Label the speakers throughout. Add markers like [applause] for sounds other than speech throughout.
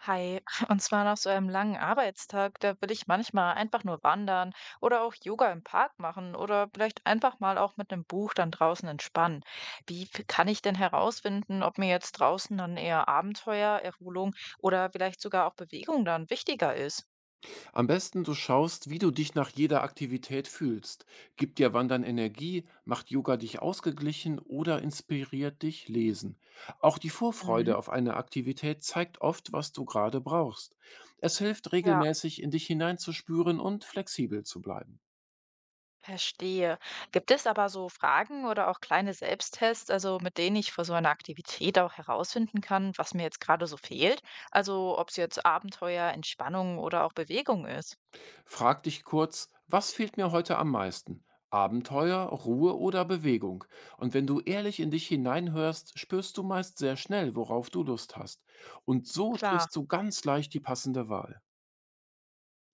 Speaker 1: Hi, [laughs] und zwar nach so einem langen Arbeitstag, da will ich manchmal einfach nur wandern oder auch Yoga im Park machen oder vielleicht einfach mal auch mit einem Buch dann draußen entspannen. Kann ich denn herausfinden, ob mir jetzt draußen dann eher Abenteuer, Erholung oder vielleicht sogar auch Bewegung dann wichtiger ist?
Speaker 2: Am besten du schaust, wie du dich nach jeder Aktivität fühlst. Gibt dir Wandern Energie, macht Yoga dich ausgeglichen oder inspiriert dich Lesen. Auch die
Speaker 1: Mhm.
Speaker 2: Vorfreude auf eine Aktivität zeigt oft, was du gerade brauchst. Es hilft
Speaker 1: Ja.
Speaker 2: regelmäßig, in dich hineinzuspüren und flexibel zu bleiben.
Speaker 1: Verstehe. Gibt es aber so Fragen oder auch kleine Selbsttests, also mit denen ich vor so einer Aktivität auch herausfinden kann, was mir jetzt gerade so fehlt? Also ob es jetzt Abenteuer, Entspannung oder auch Bewegung ist.
Speaker 2: Frag dich kurz, was fehlt mir heute am meisten? Abenteuer, Ruhe oder Bewegung? Und wenn du ehrlich in dich hineinhörst, spürst du meist sehr schnell, worauf du Lust hast. Und so
Speaker 1: Klar,
Speaker 2: triffst du ganz leicht die passende Wahl.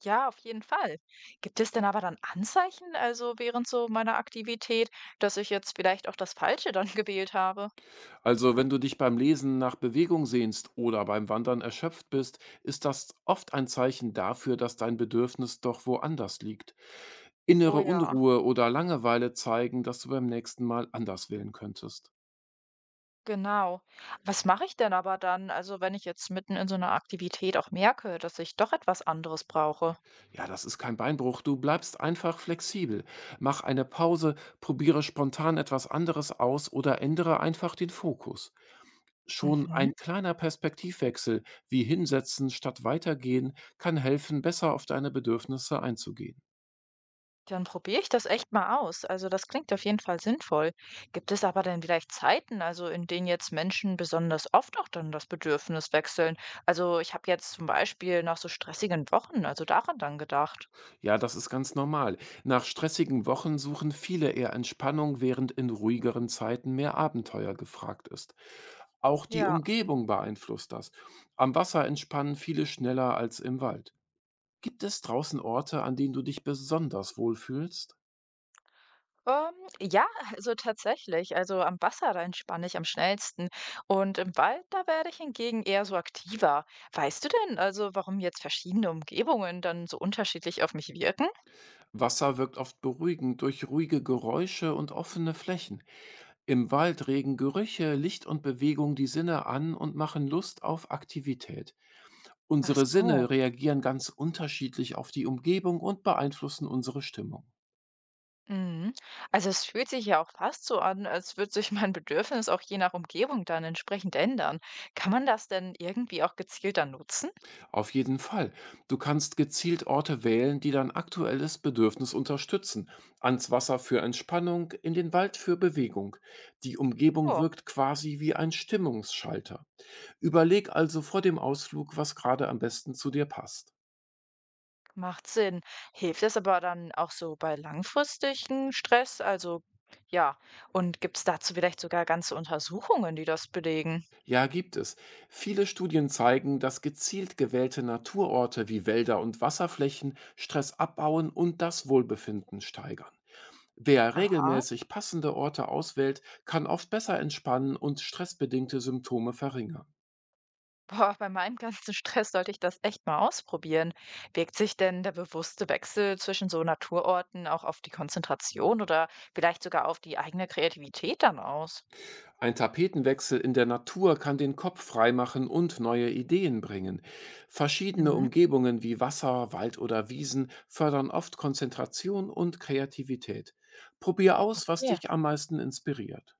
Speaker 1: ja, auf jeden Fall. Gibt es denn aber dann Anzeichen, also während so meiner Aktivität, dass ich jetzt vielleicht auch das Falsche dann [laughs] gewählt habe?
Speaker 2: Also wenn du dich beim Lesen nach Bewegung sehnst oder beim Wandern erschöpft bist, ist das oft ein Zeichen dafür, dass dein Bedürfnis doch woanders liegt.
Speaker 1: Oh
Speaker 2: Innere
Speaker 1: ja,
Speaker 2: Unruhe oder Langeweile zeigen, dass du beim nächsten Mal anders wählen könntest.
Speaker 1: genau. Was mache ich denn aber dann, also wenn ich jetzt mitten in so einer Aktivität auch merke, dass ich doch etwas anderes brauche?
Speaker 2: Ja, das ist kein Beinbruch. Du bleibst einfach flexibel. Mach eine Pause, probiere spontan etwas anderes aus oder ändere einfach den Fokus. Schon
Speaker 1: Mhm.
Speaker 2: ein kleiner Perspektivwechsel, wie hinsetzen statt weitergehen, kann helfen, besser auf deine Bedürfnisse einzugehen.
Speaker 1: Dann probiere ich das echt mal aus. Also das klingt auf jeden Fall sinnvoll. Gibt es aber denn vielleicht Zeiten, also in denen jetzt Menschen besonders oft auch dann das Bedürfnis wechseln? Also ich habe jetzt zum Beispiel nach so stressigen Wochen, also daran dann gedacht.
Speaker 2: Ja, das ist ganz normal. Nach stressigen Wochen suchen viele eher Entspannung, während in ruhigeren Zeiten mehr Abenteuer gefragt ist. Auch die
Speaker 1: Ja,
Speaker 2: Umgebung beeinflusst das. Am Wasser entspannen viele schneller als im Wald. Gibt es draußen Orte, an denen du dich besonders wohlfühlst?
Speaker 1: ähm, ja, also tatsächlich. Also am Wasser, da entspanne ich am schnellsten. Und im Wald, da werde ich hingegen eher so aktiver. Weißt du denn also, warum jetzt verschiedene Umgebungen dann so unterschiedlich auf mich wirken?
Speaker 2: Wasser wirkt oft beruhigend durch ruhige Geräusche und offene Flächen. Im Wald regen Gerüche, Licht und Bewegung die Sinne an und machen Lust auf Aktivität.
Speaker 1: Ach
Speaker 2: Unsere
Speaker 1: so.
Speaker 2: Sinne reagieren ganz unterschiedlich auf die Umgebung und beeinflussen unsere Stimmung.
Speaker 1: Mhm. Also es fühlt sich ja auch fast so an, als würde sich mein Bedürfnis auch je nach Umgebung dann entsprechend ändern. Kann man das denn irgendwie auch gezielt dann nutzen?
Speaker 2: Auf jeden Fall. Du kannst gezielt Orte wählen, die dein aktuelles Bedürfnis unterstützen. Ans Wasser für Entspannung, in den Wald für Bewegung. Die Umgebung
Speaker 1: Oh,
Speaker 2: wirkt quasi wie ein Stimmungsschalter. Überleg also vor dem Ausflug, was gerade am besten zu dir passt.
Speaker 1: macht Sinn. Hilft das aber dann auch so bei langfristigen Stress? Also ja, und gibt es dazu vielleicht sogar ganze Untersuchungen, die das belegen?
Speaker 2: Ja, gibt es. Viele Studien zeigen, dass gezielt gewählte Naturorte wie Wälder und Wasserflächen Stress abbauen und das Wohlbefinden steigern. Wer
Speaker 1: Aha.
Speaker 2: regelmäßig passende Orte auswählt, kann oft besser entspannen und stressbedingte Symptome verringern.
Speaker 1: Boah, bei meinem ganzen Stress sollte ich das echt mal ausprobieren. Wirkt sich denn der bewusste Wechsel zwischen so Naturorten auch auf die Konzentration oder vielleicht sogar auf die eigene Kreativität dann aus?
Speaker 2: Ein Tapetenwechsel in der Natur kann den Kopf freimachen und neue Ideen bringen. Verschiedene
Speaker 1: Mhm,
Speaker 2: Umgebungen wie Wasser, Wald oder Wiesen fördern oft Konzentration und Kreativität. Probier aus, was
Speaker 1: okay.
Speaker 2: dich am meisten inspiriert.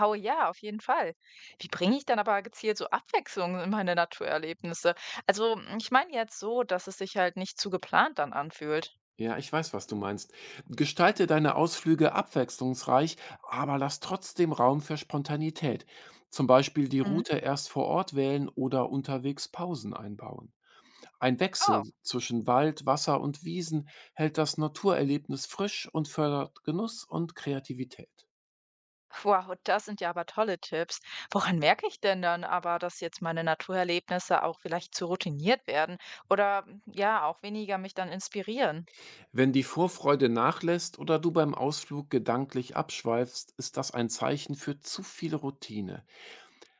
Speaker 1: Oh ja, auf jeden Fall. Wie bringe ich dann aber gezielt so Abwechslung in meine Naturerlebnisse? Also, ich meine jetzt so, dass es sich halt nicht zu geplant dann anfühlt.
Speaker 2: Ja, ich weiß, was du meinst. Gestalte deine Ausflüge abwechslungsreich, aber lass trotzdem Raum für Spontanität. Zum Beispiel die
Speaker 1: Mhm.
Speaker 2: Route erst vor Ort wählen oder unterwegs Pausen einbauen. Ein
Speaker 1: Oh.
Speaker 2: Wechsel zwischen Wald, Wasser und Wiesen hält das Naturerlebnis frisch und fördert Genuss und Kreativität.
Speaker 1: Wow, das sind ja aber tolle Tipps. Woran merke ich denn dann aber, dass jetzt meine Naturerlebnisse auch vielleicht zu routiniert werden oder ja, auch weniger mich dann inspirieren?
Speaker 2: Wenn die Vorfreude nachlässt oder du beim Ausflug gedanklich abschweifst, ist das ein Zeichen für zu viel Routine.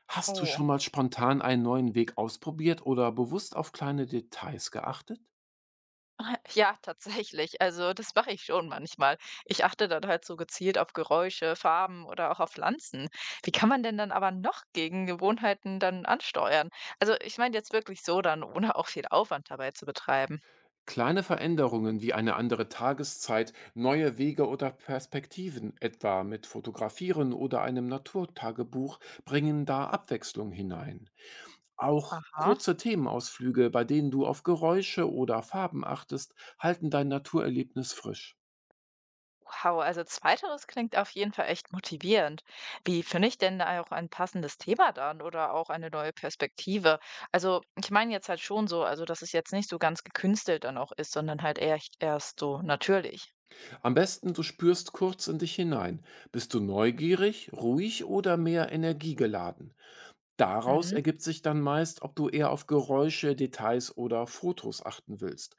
Speaker 2: Hast du
Speaker 1: Oh,
Speaker 2: schon mal spontan einen neuen Weg ausprobiert oder bewusst auf kleine Details geachtet?
Speaker 1: [laughs] ja, tatsächlich. Also das mache ich schon manchmal. Ich achte dann halt so gezielt auf Geräusche, Farben oder auch auf Pflanzen. Wie kann man denn dann aber noch gegen Gewohnheiten dann ansteuern? Also ich meine jetzt wirklich so dann, ohne auch viel Aufwand dabei zu betreiben.
Speaker 2: Kleine Veränderungen wie eine andere Tageszeit, neue Wege oder Perspektiven, etwa mit Fotografieren oder einem Naturtagebuch, bringen da Abwechslung hinein. Auch
Speaker 1: Aha.
Speaker 2: kurze Themenausflüge, bei denen du auf Geräusche oder Farben achtest, halten dein Naturerlebnis frisch.
Speaker 1: Wow, also zweiteres klingt auf jeden Fall echt motivierend. Wie finde ich denn da auch ein passendes Thema dann oder auch eine neue Perspektive? Also ich meine jetzt halt schon so, also dass es jetzt nicht so ganz gekünstelt dann auch ist, sondern halt echt erst so natürlich.
Speaker 2: Am besten, du spürst kurz in dich hinein. Bist du neugierig, ruhig oder mehr energiegeladen? Daraus
Speaker 1: Mhm.
Speaker 2: ergibt sich dann meist, ob du eher auf Geräusche, Details oder Fotos achten willst.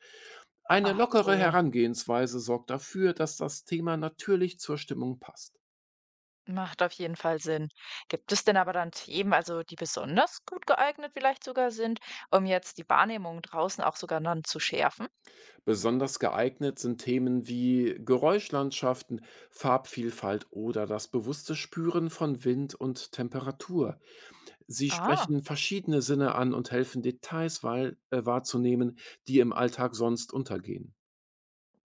Speaker 2: Eine
Speaker 1: Ach
Speaker 2: lockere
Speaker 1: so,
Speaker 2: Herangehensweise sorgt dafür, dass das Thema natürlich zur Stimmung passt.
Speaker 1: macht auf jeden Fall Sinn. Gibt es denn aber dann Themen, also die besonders gut geeignet vielleicht sogar sind, um jetzt die Wahrnehmung draußen auch sogar dann zu schärfen?
Speaker 2: Besonders geeignet sind Themen wie Geräuschlandschaften, Farbvielfalt oder das bewusste Spüren von Wind und Temperatur. Sie
Speaker 1: Ah.
Speaker 2: sprechen verschiedene Sinne an und helfen, Details weil wahrzunehmen, die im Alltag sonst untergehen.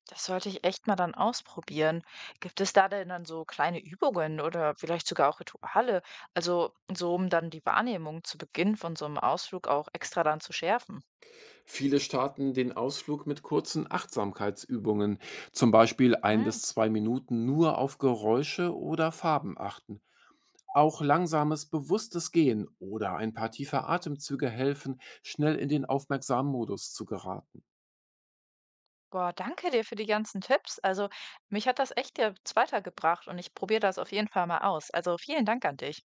Speaker 1: Das sollte ich echt mal dann ausprobieren. Gibt es da denn dann so kleine Übungen oder vielleicht sogar auch Rituale? Also so, um dann die Wahrnehmung zu Beginn von so einem Ausflug auch extra dann zu schärfen.
Speaker 2: Viele starten den Ausflug mit kurzen Achtsamkeitsübungen, zum Beispiel ein bis
Speaker 1: Hm.
Speaker 2: zwei Minuten nur auf Geräusche oder Farben achten. Auch langsames, bewusstes Gehen oder ein paar tiefe Atemzüge helfen, schnell in den aufmerksamen Modus zu geraten.
Speaker 1: Boah, danke dir für die ganzen Tipps. Also mich hat das echt jetzt weitergebracht und ich probiere das auf jeden Fall mal aus. Also vielen Dank an dich.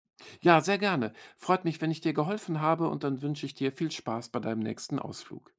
Speaker 2: Ja, sehr gerne. Freut mich, wenn ich dir geholfen habe und dann wünsche ich dir viel Spaß bei deinem nächsten Ausflug.